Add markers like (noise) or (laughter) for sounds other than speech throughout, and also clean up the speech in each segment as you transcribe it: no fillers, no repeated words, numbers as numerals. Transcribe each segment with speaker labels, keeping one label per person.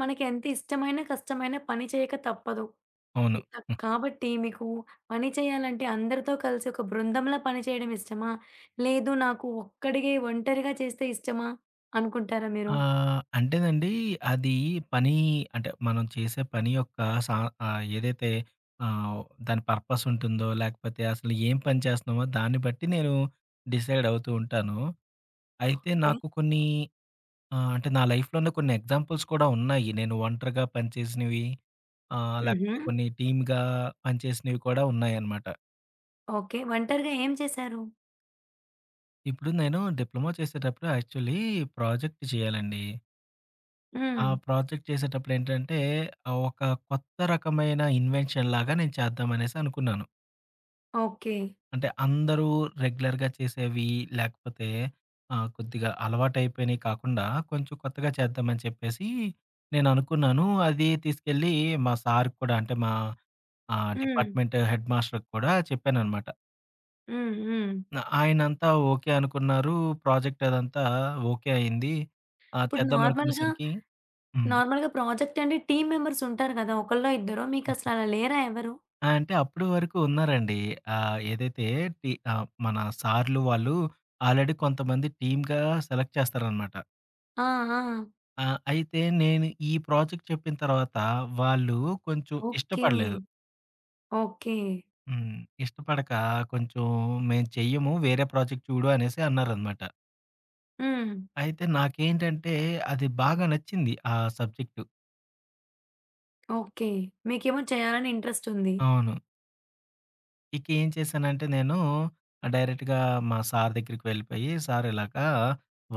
Speaker 1: మనకెంత ఇష్టమైన, కష్టమైన పని చేయక తప్పదు.
Speaker 2: అవును. హ్మ్.
Speaker 1: కాబట్టి మీకు పని చేయాలంటే అందరితో కలిసి ఒక బృందంలా పని చేయడం ఇష్టమా? లేదు నాకు ఒక్కడిగే ఒంటరిగా చేస్తే ఇష్టమా అనుకుంటారా మీరు?
Speaker 2: అంటేనండి అది పని అంటే మనం చేసే పని యొక్క సా ఏదైతే ఆహ్, దాని పర్పస్ ఉంటుందో, లేకపోతే అసలు ఏం పని చేస్తున్నామో దాన్ని బట్టి నేను డిసైడ్ అవుతూ ఉంటాను. అయితే
Speaker 1: ఓకే.
Speaker 2: నాకు కొన్ని అంటే నా లైఫ్‌లోనే కొన్ని ఎగ్జాంపుల్స్ కూడా ఉన్నాయి. నేను ఒంటరిగా పనిచేసినవి
Speaker 1: హుహు.
Speaker 2: లేకపోతే కొన్ని టీమ్‌గా పనిచేసినవి కూడా ఉన్నాయన్నమాట.
Speaker 1: ఓకే. ఒంటరిగా ఏం చేశారు?
Speaker 2: ఇప్పుడు నేను డిప్లొమా చేసేటప్పుడు యాక్చువల్లీ ప్రాజెక్ట్ చేయాలండి. ఆ
Speaker 1: హ్మ్.
Speaker 2: ప్రాజెక్ట్ చేసేటప్పుడేంటంటే, ఒక కొత్త రకమైన ఇన్వెన్షన్ లాగా నేను చేద్దామనేసి అనుకున్నాను.
Speaker 1: ఓకే.
Speaker 2: అంటే అందరూ రెగ్యులర్‌గా చేసేవి, లేకపోతే కొద్దిగా అలవాటైపోయినయి కాకుండా, కొంచెం కొత్తగా చేద్దామని చెప్పేసి నేననుకున్నాను. అది తీసుకెళ్ళి మా సార్‌కి కూడా అంటే మా
Speaker 1: హ్మ్.
Speaker 2: డిపార్ట్‌మెంట్ హెడ్ మాస్టర్‌కి కూడా చెప్పాననమాట.
Speaker 1: హ్మ్. హ్మ్.
Speaker 2: ఆయనంతా ఓకే అనుకున్నారు. ప్రాజెక్ట్ అదంతా ఓకే అయింది.
Speaker 1: ఇప్పుడు నార్మల్‌గా,
Speaker 2: చేద్దామనుకునేసరికి హ్మ్.
Speaker 1: నార్మల్‌గా ప్రాజెక్ట్ అంటే టీమ్ మెంబర్స్ ఉంటారు కదా! ఒకళ్ళో ఇద్దరో మీకసలు అలా లేరా ఎవరు?
Speaker 2: ఆ! అంటే అప్పుడు వరకు ఉన్నారండి. ఏదైతే మన సార్‌లు వాళ్ళు ఆల్రెడీ కొంతమంది టీమ్‌గా సెలెక్ట్ చేస్తారనమాట.
Speaker 1: ఆ! ఆ!
Speaker 2: ఆ! అయితే నేను ఈ ప్రాజెక్ట్ చెప్పిన తర్వాత వాళ్ళు కొంచెం
Speaker 1: ఓకే.
Speaker 2: ఇష్టపడలేదు.
Speaker 1: ఓకే.
Speaker 2: హ్మ్. ఇష్టపడక కొంచెం "మేము చెయ్యము. వేరే ప్రాజెక్ట్ చూడు" అనేసి అన్నారనమాట.
Speaker 1: హ్మ్.
Speaker 2: అయితే నాకేంటంటే అది బాగా నచ్చింది ఆ సబ్జెక్టు.
Speaker 1: ఓకే. మీకేమో చేయాలని ఇంట్రెస్టుంది.
Speaker 2: అవును. ఇక ఏం చేశానంటే నేను డైరెక్ట్‌గా మా సార్ దగ్గరికి వెళ్ళిపోయి, "సార్ ఇలాగా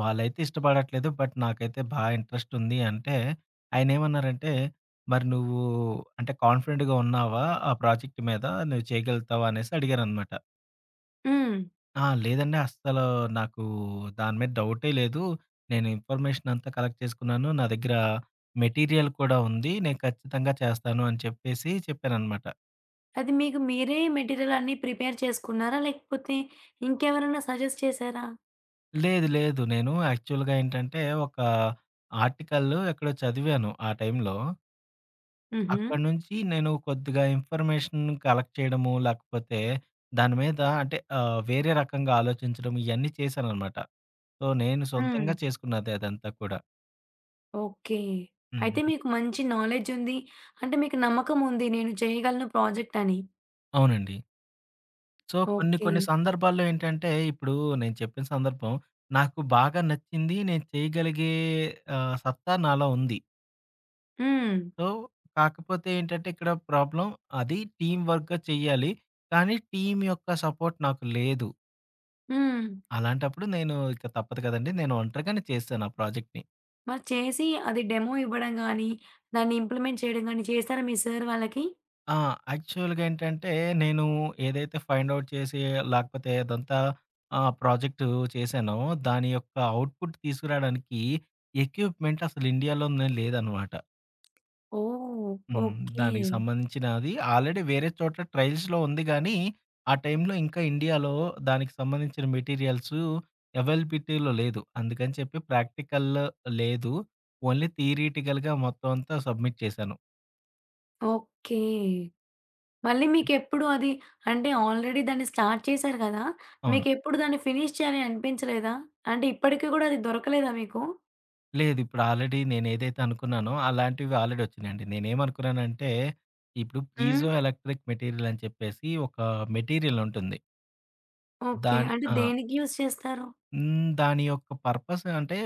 Speaker 2: వాళ్ళైతే ఇష్టపడట్లేదు. బట్ నాకైతే బా ఇంట్రెస్ట్ ఉంది" అంటే ఆయనేమన్నారంటే, "మరి నువ్వు అంటే కాన్ఫిడెంట్‌గా ఉన్నావా? ఆ ప్రాజెక్ట్ మీద నువ్వు చేయగలుగుతావా?" అనేసి అడిగారనమాట.
Speaker 1: హ్మ్.
Speaker 2: "ఆ! "లేదండి. అస్సలు నాకు దాని మీద డౌటే లేదు. నేను ఇన్ఫర్మేషన్ అంతా కలెక్ట్ చేసుకున్నాను. నా దగ్గర మెటీరియల్ కూడా ఉంది. నేను ఖచ్చితంగా చేస్తాను" అని చెప్పేసి చెప్పాననమాట.
Speaker 1: అది మీకు మీరే మెటీరియల్ అన్నీ ప్రిపేర్ చేసుకున్నారా? లేకపోతే ఇంకెవరైనా సజెస్ట్ చేశారా?
Speaker 2: లేదు. లేదు. నేను యాక్చువల్‌గా ఏంటంటే, ఒక ఆర్టికల్ ఎక్కడో చదివాను ఆ టైంలో.
Speaker 1: హుహు.
Speaker 2: అక్కడి నుంచి నేను కొద్దిగా ఇన్ఫర్మేషన్ కలెక్ట్ చేయడము, లేకపోతే దాని మీద అంటే వేరే రకంగా ఆలోచించడం ఇయన్నీ చేశాననమాట. సో, నేను
Speaker 1: హ్మ్.
Speaker 2: సొంతంగా చేసుకున్నదే అదంతా కూడా.
Speaker 1: ఓకే. అయితే
Speaker 2: హ్మ్.
Speaker 1: మీకు మంచి నాలెడ్జుంది. అంటే మీకు నమ్మకముంది నేను చేయగలను ప్రాజెక్టని.
Speaker 2: అవునండి. సో, కొన్ని
Speaker 1: ఓకే.
Speaker 2: కొన్ని సందర్భాల్లో ఏంటంటే, ఇప్పుడు నేను చెప్పిన సందర్భం నాకు బాగా నచ్చింది. నేను చేయగలిగే సత్తా నాలో ఉంది.
Speaker 1: హ్మ్.
Speaker 2: సో, కాకపోతే ఏంటంటే ఇక్కడ ప్రాబ్లమ్ అది టీమ్ వర్క్‌గా చెయ్యాలి. కానీ టీమ్ యొక్క సపోర్ట్ నాకు లేదు.
Speaker 1: హ్మ్.
Speaker 2: అలాంటప్పుడు నేను ఇక తప్పదు కదండీ! నేను ఒంటరిగానే చేశాను ఆ ప్రాజెక్ట్‌ని.
Speaker 1: మరి చేసి అది డెమో ఇవ్వడం గానీ, దాన్ని ఇంప్లిమెంట్ చేయడం గానీ చేశారా మీ సార్ వాళ్ళకి?
Speaker 2: ఆ! యాక్చువల్‌గా ఏంటంటే నేను ఏదైతే ఫైండ్ ఔట్ చేసి లేకపోతే అదంతా ప్రాజెక్ట్ చేశానో దాని యొక్క ఔట్‌పుట్ తీసుకురాడానికి ఎక్విప్‌మెంట్ అసలు ఇండియాలోనే లేదనమాట.
Speaker 1: ఓహ్!
Speaker 2: హ్మ్.
Speaker 1: ఓకే.
Speaker 2: దానికి సంబంధించినది ఆల్రెడీ వేరే చోట ట్రైల్స్‌లో ఉంది గానీ, ఆ టైంలో ఇంకా ఇండియాలో దానికి సంబంధించిన మెటీరియల్సు అవైలబిలిటీలో లేదు. అందుకని చెప్పి ప్రాక్టికల్ లేదు. ఓన్లీ థియరిటికల్‌గా మొత్తం అంతా సబ్మిట్ చేశాను.
Speaker 1: ఓకే. మళ్ళీ మీకెప్పుడు అది అంటే ఆల్రెడీ దాన్ని స్టార్ట్ చేశారు కదా!
Speaker 2: అవును.
Speaker 1: మీకెప్పుడు దాన్ని ఫినిష్ చేయాలని అనిపించలేదా? అంటే ఇప్పటికి కూడా అది దొరకలేదా మీకు?
Speaker 2: లేదు. ఇప్పుడు ఆల్రెడీ నేనేదైతే అనుకున్నానో అలాంటివి ఆల్రెడీ వచ్చినియండి. నేనేమనుకున్నానంటే, ఇప్పుడు
Speaker 1: హ్మ్.
Speaker 2: పీజో ఎలక్ట్రిక్ మెటీరియల్ అని చెప్పేసి ఒక మెటీరియల్ ఉంటుంది.
Speaker 1: ఓకే.
Speaker 2: దాని
Speaker 1: అంటే
Speaker 2: ఆ!
Speaker 1: దేనికి యూజ్ చేస్తారు?
Speaker 2: హ్మ్. దాని యొక్క పర్పస్ అంటే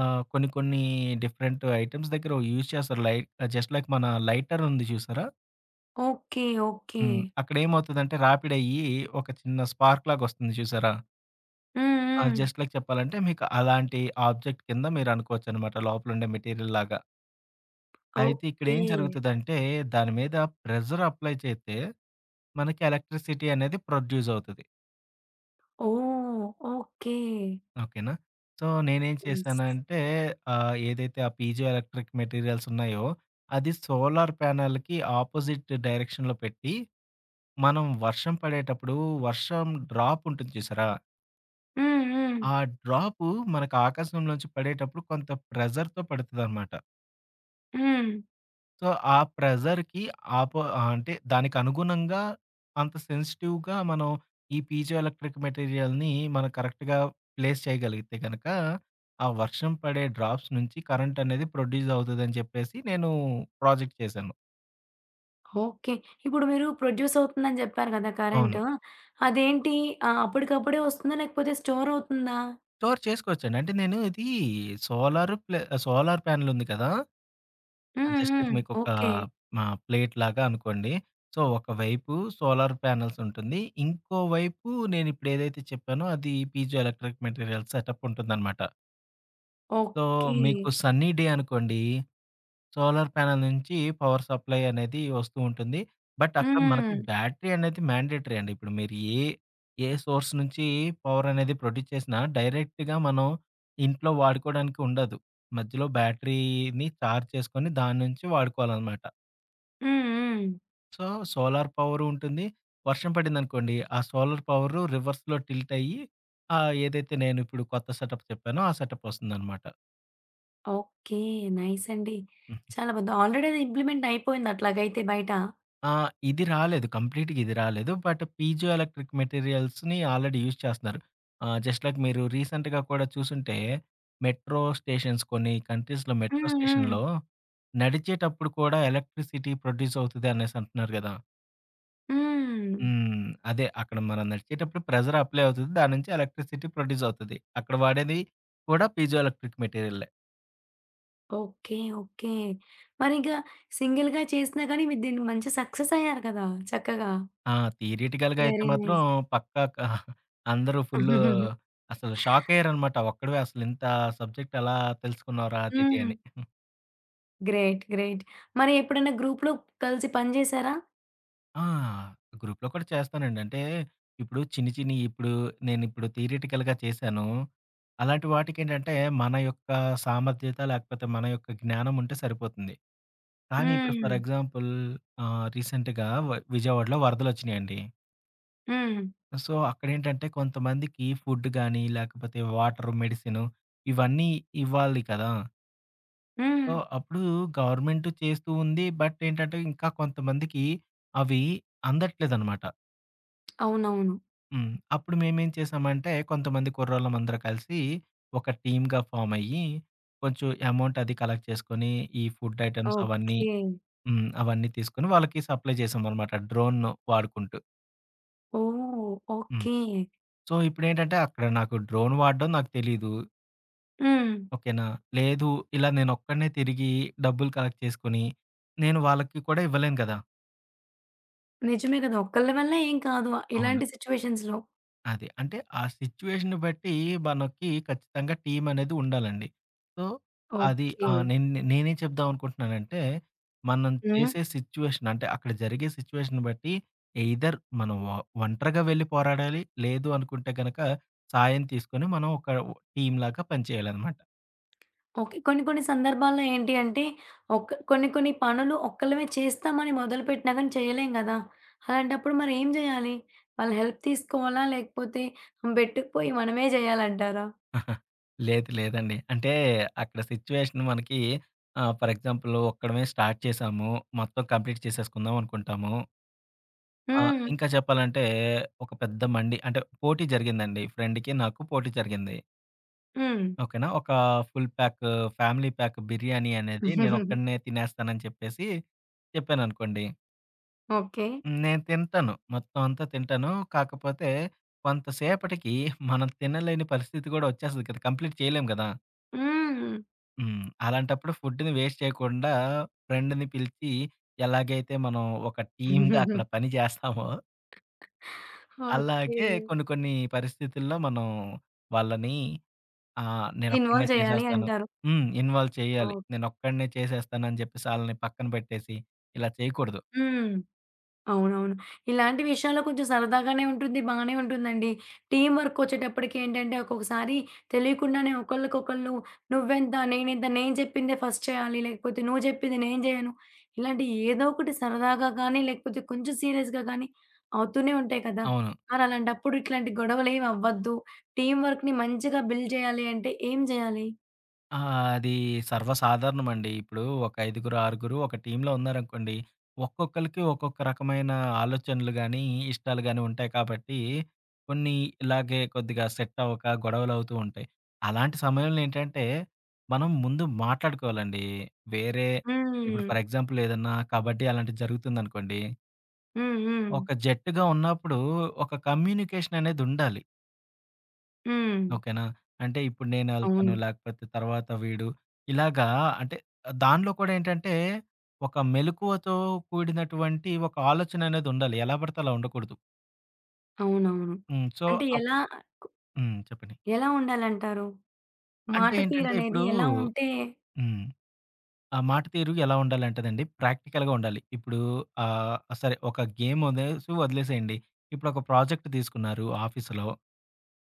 Speaker 2: కొన్ని కొన్ని డిఫరెంట్ ఐటెమ్స్ దగ్గర యూజ్ చేస్తారు. జస్ట్ లైక్ మన లైటర్ ఉంది చూసారా?
Speaker 1: ఓకే. ఓకే.
Speaker 2: హ్మ్. అక్కడేమవుతదంటే రాపిడ్ అయ్యి ఒక చిన్న స్పార్క్ లాగొస్తుంది చూసారా?
Speaker 1: హ్మ్.
Speaker 2: ఆ!
Speaker 1: హ్మ్.
Speaker 2: జస్ట్ లైక్ చెప్పాలంటే మీకు అలాంటి ఆబ్జెక్ట్ కింద మీరనుకోవచ్చనమాట లోపలుండే మెటీరియల్ లాగా. అయితే
Speaker 1: ఓకే.
Speaker 2: ఇక్కడేం జరుగుతదంటే దాని మీద ప్రెషర్ అప్లై చేస్తే మనకి ఎలక్ట్రిసిటీ అనేది ప్రొడ్యూస్ అవుతది.
Speaker 1: ఓహ్! ఓకే.
Speaker 2: ఓకేనా. సో, నేనేం
Speaker 1: నైస్.
Speaker 2: చేశానంటే ఏదైతే ఆ పీజో ఎలక్ట్రిక్ మెటీరియల్స్ ఉన్నాయో, అది సోలార్ ప్యానెల్‌కి ఆపోజిట్ డైరెక్షన్‌లో పెట్టి, మనం వర్షం పడేటప్పుడు వర్షం డ్రాప్ ఉంటుంది చూసారా?
Speaker 1: హ్మ్. హ్మ్.
Speaker 2: ఆ డ్రాపు మనకు ఆకాశంలోంచి పడేటప్పుడు కొంత ప్రెజర్‌తో పడతదనమాట.
Speaker 1: హ్మ్.
Speaker 2: సో, ఆ ప్రెజర్‌కి అంటే దానికి అనుగుణంగా అంత సెన్సిటివ్‌గా మనం ఈ పీజో ఎలక్ట్రిక్ మెటీరియల్‌ని మనం కరెక్ట్‌గా ప్లేస్ చేయగలిగితే గనక, ఆ వర్షం పడే డ్రాప్స్ నుంచి కరెంట్ అనేది ప్రొడ్యూస్ అవుతదని చెప్పేసి నేను ప్రాజెక్ట్ చేశాను.
Speaker 1: ఓకే. ఇప్పుడు మీరు ప్రొడ్యూస్ అవుతుందని చెప్పారు కదా!
Speaker 2: అవును.
Speaker 1: కరెంటు. అదేంటి అప్పటికప్పుడే వస్తుందా? లేకపోతే స్టోర్ అవుతుందా?
Speaker 2: స్టోర్ చేసుకోవచ్చండి. అంటే నేను ఇది సోలార్ ప్లే సోలార్ ప్యానెల్ ఉంది కదా!
Speaker 1: హ్మ్.
Speaker 2: జస్ట్ అయితే
Speaker 1: హ్మ్.
Speaker 2: మీకొక
Speaker 1: ఓకే.
Speaker 2: మా ప్లేట్ లాగా అనుకోండి. సో, ఒకవైపు సోలార్ ప్యానెల్స్ ఉంటుంది. ఇంకోవైపు నేనిప్పుడు ఏదైతే చెప్పానో అది పీజో ఎలక్ట్రిక్ మెటీరియల్ సెటప్ ఉంటుందనమాట. So,
Speaker 1: okay.
Speaker 2: మీకు సన్నీ డే అనుకోండి సోలార్ ప్యానెల్ నుంచి పవర్ సప్లై అనేది వస్తూ ఉంటుంది. బట్ అక్కడ మనకి
Speaker 1: హ్మ్.
Speaker 2: బ్యాటరీ అనేది మ్యాండేటరీ అండి. ఇప్పుడు మీరు ఏ సోర్స్ నుంచి పవర్ అనేది ప్రొడ్యూస్ చేసినా డైరెక్ట్‌గా మనం ఇంట్లో వాడుకోవడానికి ఉండదు. మధ్యలో బ్యాటరీని చార్జ్ చేసుకొని దాని నుంచి వాడుకోవాలనమాట.
Speaker 1: హ్మ్. హ్మ్.
Speaker 2: సో, సోలార్ పవరు ఉంటుంది. వర్షం పడిందనుకోండి, ఆ సోలార్ పవరు రివర్స్‌లో టిల్ట్ అయ్యి, ఏదైతే నేనిప్పుడు కొత్త సెటప్ చెప్పానో, ఆ సెటప్ వస్తుందనమాట.
Speaker 1: ఓకే. నైస్ అండి.
Speaker 2: హ్మ్.
Speaker 1: చాలా బావుంది. ఆల్రెడీ అది ఇంప్లిమెంట్ అయిపోయింది అట్లాగైతే బయట.
Speaker 2: ఆ! ఇది రాలేదు. కంప్లీట్‌గా ఇది రాలేదు. బట్ పీజో ఎలక్ట్రిక్ మెటీరియల్స్‌ని ఆల్రెడీ యూజ్ చేస్తున్నారు. జస్ట్ లైక్ మీరు రీసెంట్‌గా కూడా చూసుంటే, మెట్రో స్టేషన్స్ కొన్ని కంట్రీస్‌లో మెట్రో
Speaker 1: హ్మ్. హ్మ్.
Speaker 2: స్టేషన్‌లో నడిచేటప్పుడు కూడా ఎలక్ట్రిసిటీ ప్రొడ్యూస్ అవుతది అనేసి అంటున్నారు గదా!
Speaker 1: హ్మ్.
Speaker 2: హ్మ్. అదే అక్కడ మనం నడిచేటప్పుడు ప్రెషర్ అప్లై అవుతది. దాని నుంచి ఎలక్ట్రిసిటీ ప్రొడ్యూస్ అవుతది. అక్కడ వాడేది కూడా పీజో ఎలక్ట్రిక్ మెటీరియలే.
Speaker 1: ఓకే. ఓకే. మరిక సింగిల్‌గా చేసినా కానీ మీరు దీన్ని మంచి సక్సెస్ అయ్యారు కదా! చక్కగా.
Speaker 2: ఆ! థియరిటికల్‌గా అయితే
Speaker 1: వెరీ
Speaker 2: మాత్రం
Speaker 1: నైస్.
Speaker 2: పక్కా క (laughs) అందరూ ఫుల్లు
Speaker 1: (laughs)
Speaker 2: అసలు షాక్ అయ్యారనమాట. ఒక్కడివే అసలింత సబ్జెక్ట్ ఎలా తెలుసుకున్నావురా అది ఇది
Speaker 1: హ్మ్.
Speaker 2: అని.
Speaker 1: గ్రేట్. గ్రేట్. మరి ఎప్పుడైనా గ్రూప్‌లో కలిసి పని చేశారా?
Speaker 2: ఆ! గ్రూప్‌లో కూడా చేస్తానండి. అంటే ఇప్పుడు చిన్ని చిన్ని ఇప్పుడు నేనిప్పుడు థియరిటికల్‌గా చేశాను. అలాంటి వాటికేంటంటే మన యొక్క సామర్థ్యత లేకపోతే మన యొక్క జ్ఞానం ఉంటే సరిపోతుంది. కానీ ఇప్పుడు
Speaker 1: హ్మ్.
Speaker 2: ఫర్ ఎగ్జాంపుల్ రీసెంట్‌గా విజయవాడలో వరదలొచ్చినియండి.
Speaker 1: హ్మ్.
Speaker 2: సో, అక్కడేంటంటే కొంతమందికి ఫుడ్ గానీ, లేకపోతే వాటర్, మెడిసిను ఇవన్నీ ఇవ్వాలి కదా!
Speaker 1: హ్మ్.
Speaker 2: సో, అప్పుడు గవర్నమెంటు చేస్తూ ఉంది. బట్ ఏంటంటే ఇంకా కొంతమందికి అవి అందట్లేదనమాట.
Speaker 1: అవునవును.
Speaker 2: హ్మ్. అప్పుడు మేమేం చేశామంటే కొంతమంది కుర్రోళ్ళమందరం కలిసి ఒక టీమ్‌గా ఫామయ్యి కొంచెం అమౌంట్ అది కలెక్ట్ చేసుకొని, ఈ ఫుడ్ ఐటెమ్స్ అవన్నీ
Speaker 1: ఓకే.
Speaker 2: హ్మ్. అవన్నీ తీసుకొని వాళ్ళకి సప్లై చేసామనమాట డ్రోన్ వాడుకుంటూ.
Speaker 1: ఓహ్!
Speaker 2: హ్మ్.
Speaker 1: ఓకే.
Speaker 2: సో, ఇప్పుడేంటంటే అక్కడ నాకు డ్రోన్ వాడడం నాకు తెలీదు.
Speaker 1: హ్మ్.
Speaker 2: ఓకేనా. లేదు ఇలా నేనొక్కడినే తిరిగి డబ్బులు కలెక్ట్ చేసుకొని, నేను వాళ్ళకి కూడా ఇవ్వలేను కదా!
Speaker 1: నిజమే కదా! ఒక్కళ్ళ వల్ల ఏం కాదు.
Speaker 2: అవును.
Speaker 1: ఇలాంటి సిట్యుయేషన్స్‌లో.
Speaker 2: అది. అంటే ఆ సిట్యుయేషన్‌ని బట్టి మనకి ఖచ్చితంగా టీమ్ అనేది ఉండాలండి. సో, అది
Speaker 1: ఓకే.
Speaker 2: ఆ! నేనేం చెప్దాం అనుకుంటున్నానంటే, మనం
Speaker 1: హ్మ్.
Speaker 2: చేసే సిట్యుయేషన్ అంటే అక్కడ జరిగే సిట్యుయేషన్‌ని బట్టి ఎయిదర్ మనం ఒ ఒంటరిగా వెళ్లి పోరాడాలి. లేదు అనుకుంటే గనక సాయం తీసుకొని మనం ఒక టీమ్‌లాగా పనిచేయాలనమాట.
Speaker 1: ఓకే. కొన్ని కొన్ని సందర్భాల్లో ఏంటి అంటే, ఒక్క కొన్ని కొన్ని పనులు ఒక్కళ్ళమే చేస్తామని మొదలుపెట్టినా గాని చేయలేం గదా! అలాంటప్పుడు మరి ఏం జేయాలి? వాళ్ళ హెల్ప్ తీసుకోవాలా? లేకపోతే వెట్టుకుపోయి మనమే జేయాలంటారా?
Speaker 2: (laughs) లేదండి. అంటే అక్కడ సిట్యుయేషన్ మనకి ఫర్ ఎగ్జాంపుల్ ఒక్కడమే స్టార్ట్ చేసాము. మొత్తం కంప్లీట్ చేసేసుకుందాం అనుకుంటాము. ఆ!
Speaker 1: హ్మ్.
Speaker 2: ఇంకా చెప్పాలంటే ఒక పెద్ద అంటే పోటీ జరిగిందండి. ఫ్రెండ్‌కి నాకు పోటీ జరిగింది.
Speaker 1: హ్మ్.
Speaker 2: ఓకేనా? ఒక full pack family pack biryani అనేది
Speaker 1: (laughs)
Speaker 2: నేనొక్కడినే తినేస్తానని చెప్పేసి చెప్పాననుకోండి.
Speaker 1: ఓకే.
Speaker 2: హ్మ్. నేను తింటాను. మొత్తం అంతా తింటాను. కాకపోతే కొంతసేపటికి మనం తినలేని పరిస్థితి కూడా వచ్చేస్తది కదా! కంప్లీట్ చేయలేం కదా!
Speaker 1: హ్మ్.
Speaker 2: హ్మ్. అలాంటప్పుడు ఫుడ్‌ని వేస్ట్ చేయకుండా ఫ్రెండ్‌ని పిలిచి ఎలాగైతే మనం ఒక టీమ్‌గా అక్కడ
Speaker 1: (laughs)
Speaker 2: పని చేస్తామో
Speaker 1: ఓకే.
Speaker 2: అలాగే కొన్ని కొన్ని పరిస్థితుల్లో మనం వాళ్ళని నేనొక్కడినే
Speaker 1: ఇన్వాల్వ్ చేయాలి
Speaker 2: చేసేస్తాను.
Speaker 1: అంటారు.
Speaker 2: హ్మ్. ఇన్వాల్వ్ చేయాలి.
Speaker 1: ఓహ్!
Speaker 2: నేనొక్కడినే చేసేస్తానని చెప్పేసి ఆళ్ళని పక్కన పెట్టేసి ఇలా చేయకూడదు.
Speaker 1: హ్మ్. అవునవును. ఇలాంటి విషయాల్లో కొంచెం సరదాగానే ఉంటుంది. బానే ఉంటుందండి. టీమ్ వర్కొచ్చేటప్పటికి ఏంటంటే ఒక్కొక్కసారి తెలియకుండానే ఒకళ్ళకొకళ్ళు నువ్వెంత, నేనింత, నేను చెప్పిందే ఫస్ట్ చేయాలి. లేకపోతే నువ్వు చెప్పింది నేను చేయను. ఇలాంటి ఏదో ఒకటి సరదాగా గానీ, లేకపోతే కొంచెం సీరియస్‌గా గానీ అవుతూనే ఉంటాయి కదా!
Speaker 2: అవును.
Speaker 1: మరి అలాంటప్పుడు ఇట్లాంటి గొడవలేమి అవ్వద్దు. టీమ్ వర్క్‌ని మంచిగా బిల్డ్ చేయాలి అంటే ఏం చేయాలి?
Speaker 2: ఆ! అది సర్వసాధారణమండి. ఇప్పుడు ఒక ఐదుగురు, ఆరుగురు ఒక టీమ్‌లో ఉన్నారనుకోండి. ఒక్కొక్కళ్ళకి ఒక్కొక్క రకమైన ఆలోచనలు గాని, ఇష్టాలు గాని ఉంటాయి కాబట్టి, కొన్ని ఇలాగే కొద్దిగా సెట్ అవ్వక గొడవలవుతూ ఉంటాయి. అలాంటి సమయంలో ఏంటంటే, మనం ముందు మాట్లాడుకోవాలండి. వేరే ఇప్పుడు
Speaker 1: హ్మ్.
Speaker 2: ఫర్ ఎగ్జాంపుల్ ఏదన్నా కబడ్డీ అలాంటిది జరుగుతుందనుకోండి.
Speaker 1: హ్మ్. హ్మ్.
Speaker 2: ఒక జట్టుగా ఉన్నప్పుడు ఒక కమ్యూనికేషన్ అనేది ఉండాలి.
Speaker 1: హ్మ్.
Speaker 2: ఓకేనా. అంటే ఇప్పుడు నేనెళ్తాను,
Speaker 1: అవును.
Speaker 2: లేకపోతే తర్వాత వీడు ఇలాగా అంటే దానిలో కూడా ఏంటంటే, ఒక మెలకువతో కూడినటువంటి ఒక ఆలోచననేదుండాలి. ఎలా పడితే అలా ఉండకూడదు.
Speaker 1: అవునవును.
Speaker 2: హ్మ్. సో,
Speaker 1: అంటే
Speaker 2: అప్
Speaker 1: ఎలా
Speaker 2: హ్మ్. చెప్పండి.
Speaker 1: ఎలా ఉండాలంటారు?
Speaker 2: అంటే
Speaker 1: మాట
Speaker 2: ఏంటంటే
Speaker 1: తీరనేది
Speaker 2: ఇప్పుడు
Speaker 1: ఎలా ఉంటే
Speaker 2: హ్మ్. ఆ మాట తీరు ఎలా ఉండాలంటేనండి, ప్రాక్టికల్‌గా ఉండాలి. ఇప్పుడు సరే ఒక గేమ్ అనేసి వదిలేసేయండి. ఇప్పుడు ఒక ప్రాజెక్ట్ తీసుకున్నారు ఆఫీసులో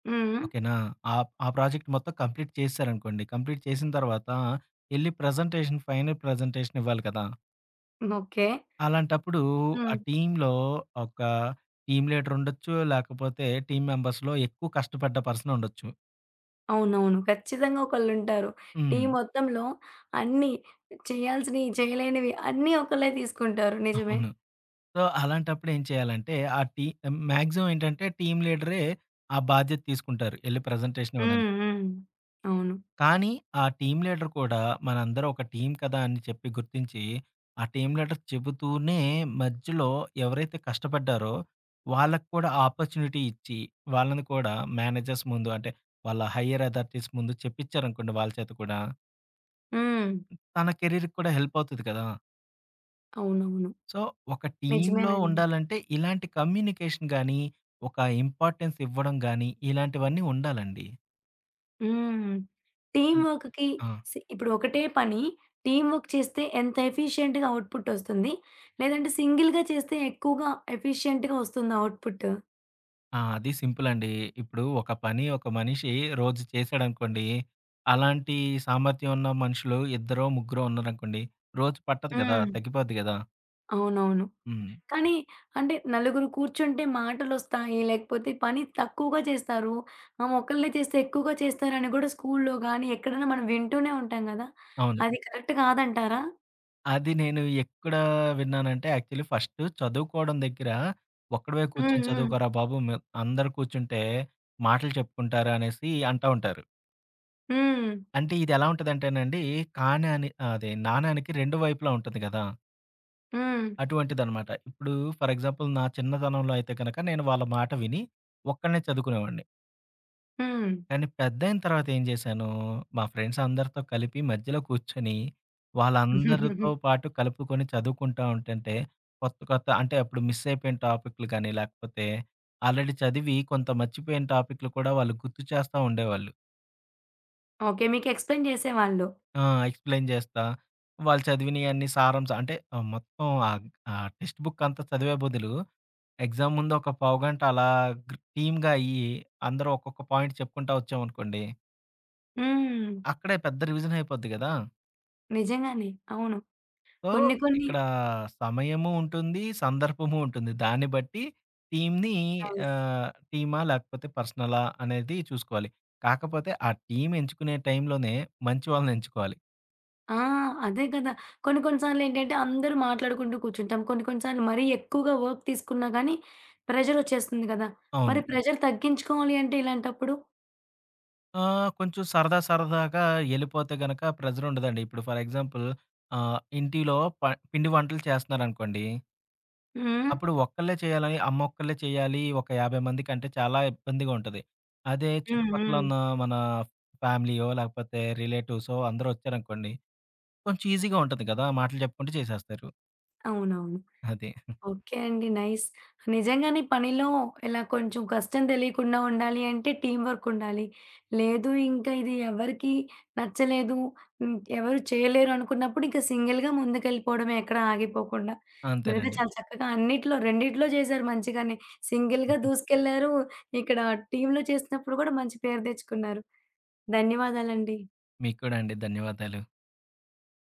Speaker 1: హ్మ్.
Speaker 2: ఓకేనా. ఆ ఆ ప్రాజెక్ట్ మొత్తం కంప్లీట్ చేసేసారనుకోండి. కంప్లీట్ చేసిన తర్వాత ఎళ్లి ఫైనల్ ప్రజెంటేషన్ ఇవ్వాలి కదా!
Speaker 1: ఓకే.
Speaker 2: అలాంటప్పుడు ఆ
Speaker 1: హ్మ్.
Speaker 2: టీమ్‌లో ఒక టీమ్ లీడర్ ఉండొచ్చు, లేకపోతే టీమ్ మెంబర్స్‌లో ఎక్కువ కష్టపడ్డ పర్సన్ ఉండొచ్చు.
Speaker 1: అవునవును. ఖచ్చితంగా ఒకళ్ళుంటారు.
Speaker 2: హ్మ్.
Speaker 1: టీమ్ మొత్తంలో అన్నీ చేయాల్సినయి, చేయలేనివి అన్నీ ఒకళ్ళే తీసుకుంటారు. నిజమే.
Speaker 2: అవును. సో, అలాంటప్పుడు ఏం చేయాలంటే ఆ టీ మాక్సిమం ఏంటంటే టీమ్ లీడరే ఆ బాధ్యత తీసుకుంటారు. ఎళ్లి ప్రజెంటేషన్
Speaker 1: హ్మ్.
Speaker 2: ఇవ్వడానికి.
Speaker 1: హ్మ్. అవును.
Speaker 2: కానీ, ఆ టీమ్ లీడర్ కూడా మనందరం ఒక టీమ్ కదా అని చెప్పి గుర్తించి, ఆ టీమ్ లీడర్ చెబుతూనే మధ్యలో ఎవరైతే కష్టపడ్డారో వాళ్ళకి కూడా ఆపర్చునిటీ ఇచ్చి, వాళ్ళని కూడా మేనేజర్స్ ముందు అంటే వాళ్ళ హైయర్ అథారిటీస్ ముందు చెప్పించారనుకోండి వాళ్ళ చేత కూడా,
Speaker 1: హ్మ్.
Speaker 2: తన కెరీర్‌కి కూడా హెల్ప్ అవుతది కదా!
Speaker 1: అవునవును.
Speaker 2: సో, ఒక టీమ్‌లో
Speaker 1: నిజమేనండి.
Speaker 2: ఉండాలంటే ఇలాంటి కమ్యూనికేషన్ గాని, ఒక ఇంపార్టెన్స్ ఇవ్వడం గాని ఇలాంటివన్నీ ఉండాలండి.
Speaker 1: హ్మ్. టీమ్
Speaker 2: హ్మ్.
Speaker 1: వర్క్‌కి
Speaker 2: ఆ!
Speaker 1: సి ఇప్పుడు ఒకటే పని టీమ్ వర్క్ చేస్తే ఎంత ఎఫిషియంట్‌గా అవుట్‌పుట్ ఒస్తుంది? లేదంటే సింగిల్‌గా చేస్తే ఎక్కువగా ఎఫిషియంట్‌గా ఒస్తుందా అవుట్‌పుట్?
Speaker 2: ఆ! అది సింపుల్ అండి. ఇప్పుడు ఒక పని ఒక మనిషి రోజు చేశాడనుకోండి, అలాంటి సామర్థ్యం ఉన్న మనుషులు ఇద్దరో, ముగ్గురో ఉన్నారనుకోండి, రోజు పట్టదు కదా!
Speaker 1: హ్మ్.
Speaker 2: తగ్గిపోద్ది కదా!
Speaker 1: అవునవును.
Speaker 2: హ్మ్.
Speaker 1: కానీ అంటే నలుగురు కూర్చుంటే మాటలొస్తాయి. లేకపోతే పని తక్కువగా చేస్తారు. ఆమె ఒక్కళ్ళే చేస్తే ఎక్కువగా చేస్తారని గూడా స్కూల్లో గానీ, ఎక్కడైనా మనం వింటూనే ఉంటాం గదా!
Speaker 2: అవును.
Speaker 1: అది కరెక్ట్ కాదంటారా?
Speaker 2: అది నేను ఎక్కడ విన్నానంటే యాక్చువల్లీ ఫస్ట్ చదువుకోవడం దగ్గర ఒక్కడివే
Speaker 1: హ్మ్.
Speaker 2: కూర్చొని
Speaker 1: హ్మ్.
Speaker 2: చదువుకోరా బాబు! అందరూ కూర్చుంటే మాటలు చెప్పుకుంటారు అనేసి అంటా ఉంటారు.
Speaker 1: హ్మ్.
Speaker 2: అంటే ఇది ఎలా ఉంటదంటేనండి అదే నాణానికి 2 వైపులా ఉంటుంది కదా!
Speaker 1: హ్మ్.
Speaker 2: అటువంటిదనమాట. ఇప్పుడు ఫర్ ఎగ్జాంపుల్ నా చిన్నతనంలో అయితే గనక నేను వాళ్ళ మాట విని ఒక్కడినే చదువుకునేవాడిని.
Speaker 1: హ్మ్.
Speaker 2: కానీ పెద్దయిన తర్వాత ఏం చేశాను, మా ఫ్రెండ్స్ అందరితో కలిపి మధ్యలో కూర్చొని వాళ్ళందరితో పాటు కలుపుకొని చదువుకుంటా ఉంటంటే కొత్త కొత్త అంటే అప్పుడు మిస్ అయిపోయిన టాపిక్‌లు గాని, లేకపోతే ఆల్రెడీ చదివి కొంత మర్చిపోయిన టాపిక్‌లు కూడా వాళ్ళు గుర్తు చేస్తా ఉండేవాళ్ళు.
Speaker 1: ఓకే. మీకు ఎక్స్‌ప్లెయిన్ చేసేవాళ్ళు.
Speaker 2: ఆ! ఎక్స్‌ప్లెయిన్ జేస్తా. వాళ్ళు చదివినయన్నీ సారాంశం అంటే ఆహ్, మొత్తం ఆహ్, ఆహ్, టెక్స్ట్ బుక్ అంతా చదివే బదులు, ఎగ్జామ్ ముందు ఒక పావుగంట అలా టీమ్‌గా అయ్యి, అందరూ ఒక్కొక్క పాయింట్ చెప్పుకుంటా వచ్చామనుకోండి,
Speaker 1: హ్మ్.
Speaker 2: అక్కడే పెద్ద రివిజన్ అయిపోద్ది గదా!
Speaker 1: నిజంగానే. అవును.
Speaker 2: సో,
Speaker 1: కొన్ని కొన్ని
Speaker 2: ఇక్కడ సమయము ఉంటుంది, సందర్భము ఉంటుంది. దాన్ని బట్టి టీమ్‌ని
Speaker 1: నైస్.
Speaker 2: టీమా లేకపోతే పర్సనలా అనేది చూసుకోవాలి. కాకపోతే ఆ టీమ్ ఎంచుకునే టైంలోనే మంచి వాళ్ళని ఎంచుకోవాలి.
Speaker 1: ఆ! అదే కదా! కొన్ని కొన్ని సార్లేంటంటే అందరూ మాట్లాడుకుంటూ కూర్చుంటాం. కొన్ని కొన్ని సార్లు మరీ ఎక్కువగా వర్క్ తీసుకున్నా గానీ ప్రెషరొచ్చేస్తుంది కదా! మరి
Speaker 2: అవును.
Speaker 1: ప్రెషర్ తగ్గించుకోవాలి అంటే ఇలాంటప్పుడు?
Speaker 2: ఆ! కొంచెం సరదాగా ఎళ్ళిపోతే గనక ప్రెజరుండదండి. ఇప్పుడు ఫర్ ఎగ్జాంపుల్ ఇంటిలో ప పిండి వంటలు చేస్తున్నారనుకోండి.
Speaker 1: హ్మ్.
Speaker 2: అప్పుడు ఒక్కళ్ళే చేయాలని, అమ్మొక్కళ్ళే చేయాలి. ఒక 50 మందికంటే చాలా ఇబ్బందిగా ఉంటది. అదే
Speaker 1: హ్మ్.
Speaker 2: చుట్టుపక్కల
Speaker 1: హ్మ్.
Speaker 2: ఉన్న మన ఫ్యామిలీయో, లేకపోతే రిలేటివ్సో అందరూ వచ్చారనుకోండి. కొంచెం ఈజీగా ఉంటది కదా! మాటలు చెప్పుకుంటూ చేసేస్తారు.
Speaker 1: అవునవును.
Speaker 2: అది.
Speaker 1: ఓకే అండి. నైస్. నిజంగానే పనిలో ఇలా కొంచెం కష్టం తెలియకుండా ఉండాలి అంటే టీమ్ వర్క్ ఉండాలి. లేదు ఇంకా ఇది ఎవరికీ నచ్చలేదు, హ్మ్, ఎవరు చేయలేరు అనుకున్నప్పుడు ఇంకా సింగిల్‌గా ముందుకెళ్ళిపోవడమే ఎక్కడా ఆగిపోకుండా. మీరైతే
Speaker 2: అంతేనండి.
Speaker 1: చాలా చక్కగా అన్నిట్లో రెండిట్లో చేశారు మంచిగానే. సింగిల్‌గా
Speaker 2: (laughs)
Speaker 1: దూసుకెళ్లారు. ఇక్కడ టీమ్‌లో చేసినప్పుడు కూడా మంచి పేరు తెచ్చుకున్నారు. ధన్యవాదాలండి.
Speaker 2: మీకు కూడా అండి. ధన్యవాదాలు.